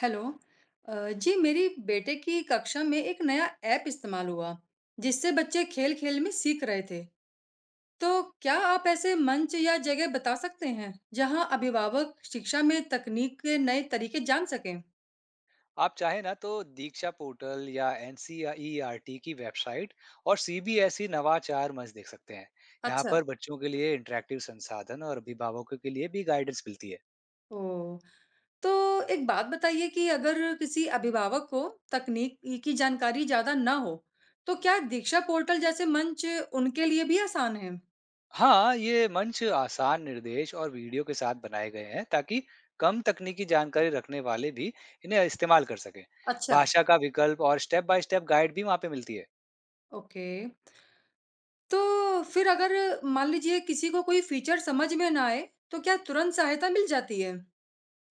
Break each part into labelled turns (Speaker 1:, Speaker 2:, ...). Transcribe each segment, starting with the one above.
Speaker 1: Hello. अ, जी मेरी बेटे की कक्षा में एक नया ऐप इस्तेमाल हुआ जिससे बच्चे खेल खेल में सीख रहे थे। तो क्या आप ऐसे मंच या जगह बता सकते हैं जहां अभिभावक शिक्षा में तकनीक के नए तरीके जान सकें।
Speaker 2: आप चाहें ना तो दीक्षा पोर्टल या एनसीईआरटी की वेबसाइट और सीबीएसई नवाचार मंच देख सकते हैं। यहाँ
Speaker 1: अच्छा।
Speaker 2: पर बच्चों के लिए इंटरेक्टिव संसाधन और अभिभावकों के लिए भी गाइडेंस मिलती है।
Speaker 1: ओ, तो एक बात बताइए कि अगर किसी अभिभावक को तकनीक की जानकारी ज्यादा ना हो, तो क्या दीक्षा पोर्टल जैसे मंच उनके लिए भी आसान है?
Speaker 2: हाँ, ये मंच आसान निर्देश और वीडियो के साथ बनाए गए हैं ताकि कम तकनीकी जानकारी रखने वाले भी इन्हें इस्तेमाल कर सकें।
Speaker 1: अच्छा।
Speaker 2: भाषा का विकल्प और स्टेप बाय स्टेप गाइड भी वहाँ पे मिलती है।
Speaker 1: ओके। तो फिर अगर मान लीजिए किसी को कोई फीचर समझ में ना आए, तो क्या तुरंत सहायता मिल जाती है?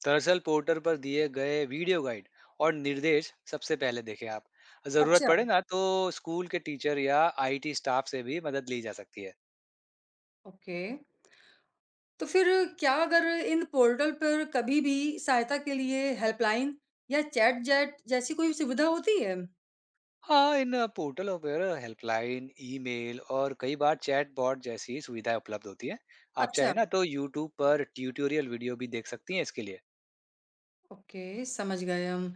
Speaker 2: दरअसल पोर्टल पर दिए गए वीडियो गाइड और निर्देश सबसे पहले देखें आप। जरूरत
Speaker 1: अच्छा।
Speaker 2: पड़े ना तो स्कूल के टीचर या आईटी स्टाफ से भी मदद ली जा सकती है।
Speaker 1: ओके। तो फिर क्या अगर इन पोर्टल पर कभी भी सहायता के लिए हेल्पलाइन या चैट जैट जैसी कोई सुविधा होती है?
Speaker 2: हाँ, इन पोर्टलों पर हेल्पलाइन, ईमेल और कई बार चैट बॉट जैसी सुविधाएं उपलब्ध होती है। आप चाहे
Speaker 1: अच्छा।
Speaker 2: ना तो यूट्यूब पर ट्यूटोरियल वीडियो भी देख सकती हैं इसके लिए।
Speaker 1: ओके, समझ गए हम।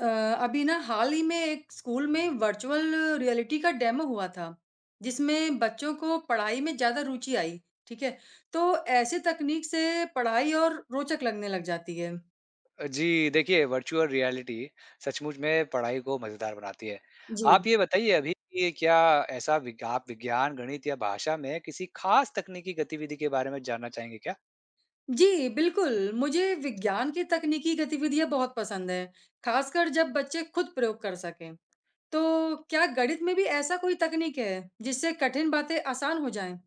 Speaker 1: अ, अभी ना हाल ही में एक स्कूल में वर्चुअल रियलिटी का डेमो हुआ था, जिसमें बच्चों को पढ़ाई में ज़्यादा रुचि आई। ठीक है। तो ऐसे तकनीक से पढ़ाई और रोचक लगने लग जाती है।
Speaker 2: जी, देखिए वर्चुअल रियलिटी सचमुच में पढ़ाई को मज़ेदार बनाती है।
Speaker 1: जी,
Speaker 2: आप ये बताइए अभी कि क्या ऐसा विग आप विज्ञान, गणित या भाषा में किसी खास तकनीकी गतिविधि के बारे में जानना चाहेंगे क्या?
Speaker 1: जी बिल्कुल। मुझे विज्ञान की तकनीकी गतिविधियां बहुत पसंद है, खासकर जब बच्चे खुद प्रयोग कर सकें। तो क्या गणित में भी ऐसा कोई तकनीक है जिससे कठिन बातें आसान हो जाएं?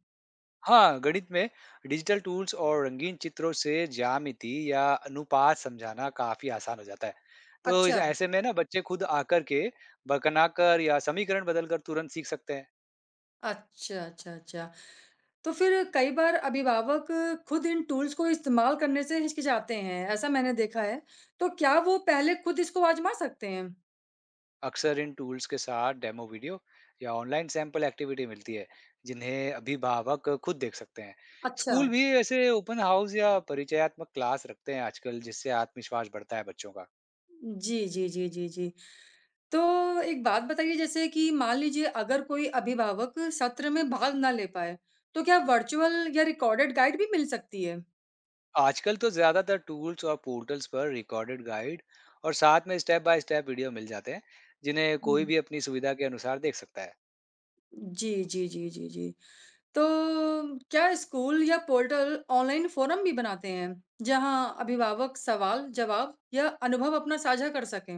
Speaker 2: हाँ, गणित में डिजिटल टूल्स और रंगीन चित्रों से ज्यामिति या अनुपात समझाना काफ़ी आसान हो जाता है। तो इस
Speaker 1: अच्छा,
Speaker 2: ऐसे में ना बच्चे खुद आकर के, भकना कर या समीकरण बदलकर तुरंत सीख सकते हैं।
Speaker 1: अच्छा, अच्छा, अच्छा। तो फिर कई बार अभिभावक खुद इन टूल्स को इस्तेमाल करने से हिचकिचाते हैं, ऐसा मैंने देखा है। तो क्या वो पहले खुद इसको आज़मा सकते हैं?
Speaker 2: अक्सर इन टूल्स के साथ डेमो वीडियो या ऑनलाइन सैंपल एक्टिविटी मिलती है, जिन्हें अभिभावक खुद देख सकते हैं।
Speaker 1: अच्छा।
Speaker 2: स्कूल भी ऐसे ओपन हाउस या परिचयात्मक क्लास रखते हैं आजकल, जिससे आत्मविश्वास बढ़ता है बच्चों का।
Speaker 1: जी, जी, जी, जी, जी। तो एक बात बताइए जैसे कि मान लीजिए अगर कोई अभिभावक सत्र में भाग ना ले पाए, तो क्या वर्चुअल या रिकॉर्डेड गाइड भी मिल सकती है?
Speaker 2: आजकल तो ज्यादातर टूल्स और पोर्टल्स पर रिकॉर्डेड गाइड और साथ में स्टेप बाय स्टेप वीडियो मिल जाते हैं, जिन्हें कोई
Speaker 1: हुँ।
Speaker 2: भी अपनी सुविधा के अनुसार देख सकता है।
Speaker 1: जी, जी, जी, जी, जी। तो क्या स्कूल या पोर्टल ऑनलाइन फोरम भी बनाते हैं जहां अभिभावक सवाल जवाब या अनुभव अपना साझा कर सकें?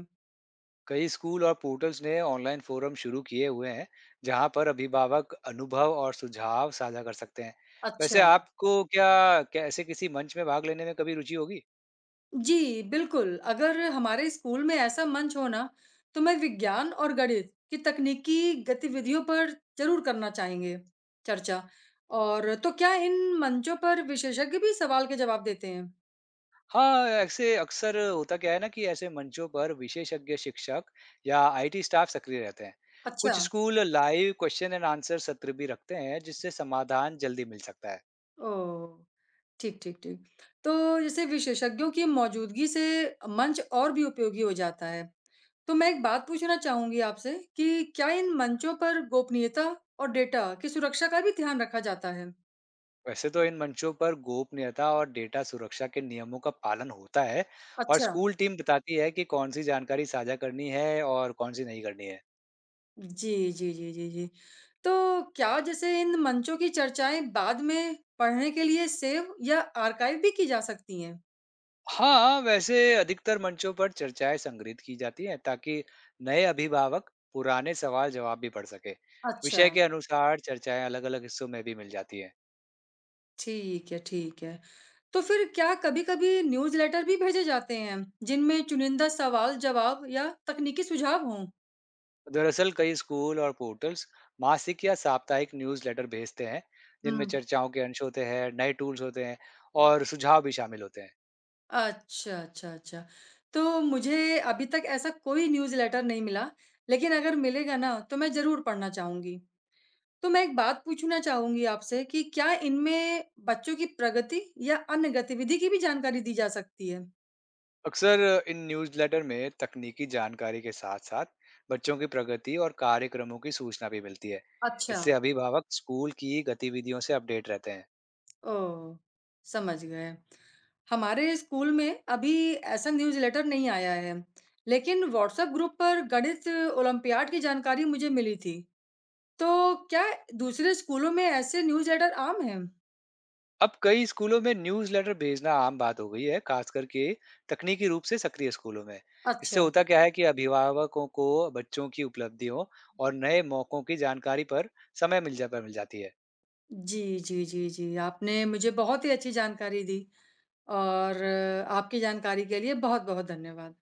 Speaker 2: कई स्कूल और पोर्टल्स ने ऑनलाइन फोरम शुरू किए हुए हैं, जहां पर अभिभावक अनुभव और सुझाव साझा कर सकते हैं। वैसे
Speaker 1: अच्छा।
Speaker 2: आपको क्या कैसे किसी मंच में भाग लेने में कभी रुचि होगी?
Speaker 1: जी बिल्कुल, अगर हमारे स्कूल में ऐसा मंच हो ना, तो मैं विज्ञान और गणित की तकनीकी गतिविधियों पर जरूर करना चाहेंगे चर्चा। और तो क्या इन मंचों पर विशेषज्ञ भी सवाल के जवाब देते हैं?
Speaker 2: हाँ, ऐसे अक्सर होता क्या है ना, कि ऐसे मंचों पर विशेषज्ञ शिक्षक या आईटी स्टाफ सक्रिय रहते हैं।
Speaker 1: अच्छा।
Speaker 2: कुछ school live question and answer सत्र भी रखते हैं, जिससे समाधान जल्दी मिल सकता है।
Speaker 1: ओ, ठीक, ठीक, ठीक। तो जैसे विशेषज्ञों की मौजूदगी से मंच और भी उपयोगी हो जाता है। तो मैं एक बात पूछना चाहूँगी आपसे कि क्या इन मंचों पर गोपनीयता और डेटा की सुरक्षा का भी ध्यान रखा जाता है?
Speaker 2: वैसे तो इन मंचों पर गोपनीयता और डेटा सुरक्षा के नियमों का पालन होता है। और
Speaker 1: अच्छा।
Speaker 2: स्कूल टीम बताती है कि कौन सी जानकारी साझा करनी है और कौन सी नहीं करनी है।
Speaker 1: जी, जी, जी, जी, जी। तो क्या जैसे इन मंचों की चर्चाएँ बाद में पढ़ने के लिए सेव या आर्काइव भी की जा सकती हैं?
Speaker 2: हाँ, वैसे अधिकतर मंचों पर चर्चाएं संग्रहित की जाती हैं ताकि नए अभिभावक पुराने सवाल जवाब भी पढ़ सके।
Speaker 1: अच्छा,
Speaker 2: विषय के अनुसार चर्चाएं अलग अलग हिस्सों में भी मिल जाती हैं।
Speaker 1: ठीक है, ठीक है। तो फिर क्या कभी-कभी न्यूज़लेटर भी भेजे जाते हैं, जिनमें चुनिंदा सवाल-जवाब या तकनीकी सुझाव हों?
Speaker 2: दरअसल कई स्कूल और पोर्टल्स मासिक या साप्ताहिक न्यूज़लेटर भेजते हैं, जिनमें
Speaker 1: हुँ।
Speaker 2: चर्चाओं के अंश होते हैं, नए टूल्स होते हैं और सुझाव भी शामिल होते हैं।
Speaker 1: अच्छा, अच्छा, अच्छा। तो मुझे अभी तक ऐसा कोई न्यूज़लेटर नहीं मिला, लेकिन अगर मिलेगा ना, तो मैं ज़रूर पढ़ना चाहूँगी। तो मैं एक बात पूछना चाहूँगी आपसे कि क्या इनमें बच्चों की प्रगति या अन्य गतिविधि की भी जानकारी दी जा सकती है?
Speaker 2: अक्सर इन न्यूज़लेटर में तकनीकी जानकारी के साथ साथ बच्चों की प्रगति और कार्यक्रमों की सूचना भी मिलती है।
Speaker 1: अच्छा।
Speaker 2: इससे अभिभावक स्कूल की गतिविधियों से अपडेट रहते हैं।
Speaker 1: ओह! समझ गए। हमारे स्कूल में अभी ऐसा न्यूज़लेटर नहीं आया है, लेकिन व्हाट्सएप ग्रुप पर गणित ओलंपियाड की जानकारी मुझे मिली थी। तो क्या दूसरे स्कूलों में ऐसे न्यूज़लेटर आम हैं?
Speaker 2: अब कई स्कूलों में न्यूज़लेटर भेजना आम बात हो गई है, खास करके तकनीकी रूप से सक्रिय स्कूलों में। इससे
Speaker 1: अच्छा।
Speaker 2: होता क्या है कि अभिभावकों को बच्चों की उपलब्धियों और नए मौकों की जानकारी पर समय मिल जा पर मिल जाती है।
Speaker 1: जी, जी, जी, जी। आपने मुझे बहुत ही अच्छी जानकारी दी और आपकी जानकारी के लिए बहुत-बहुत धन्यवाद।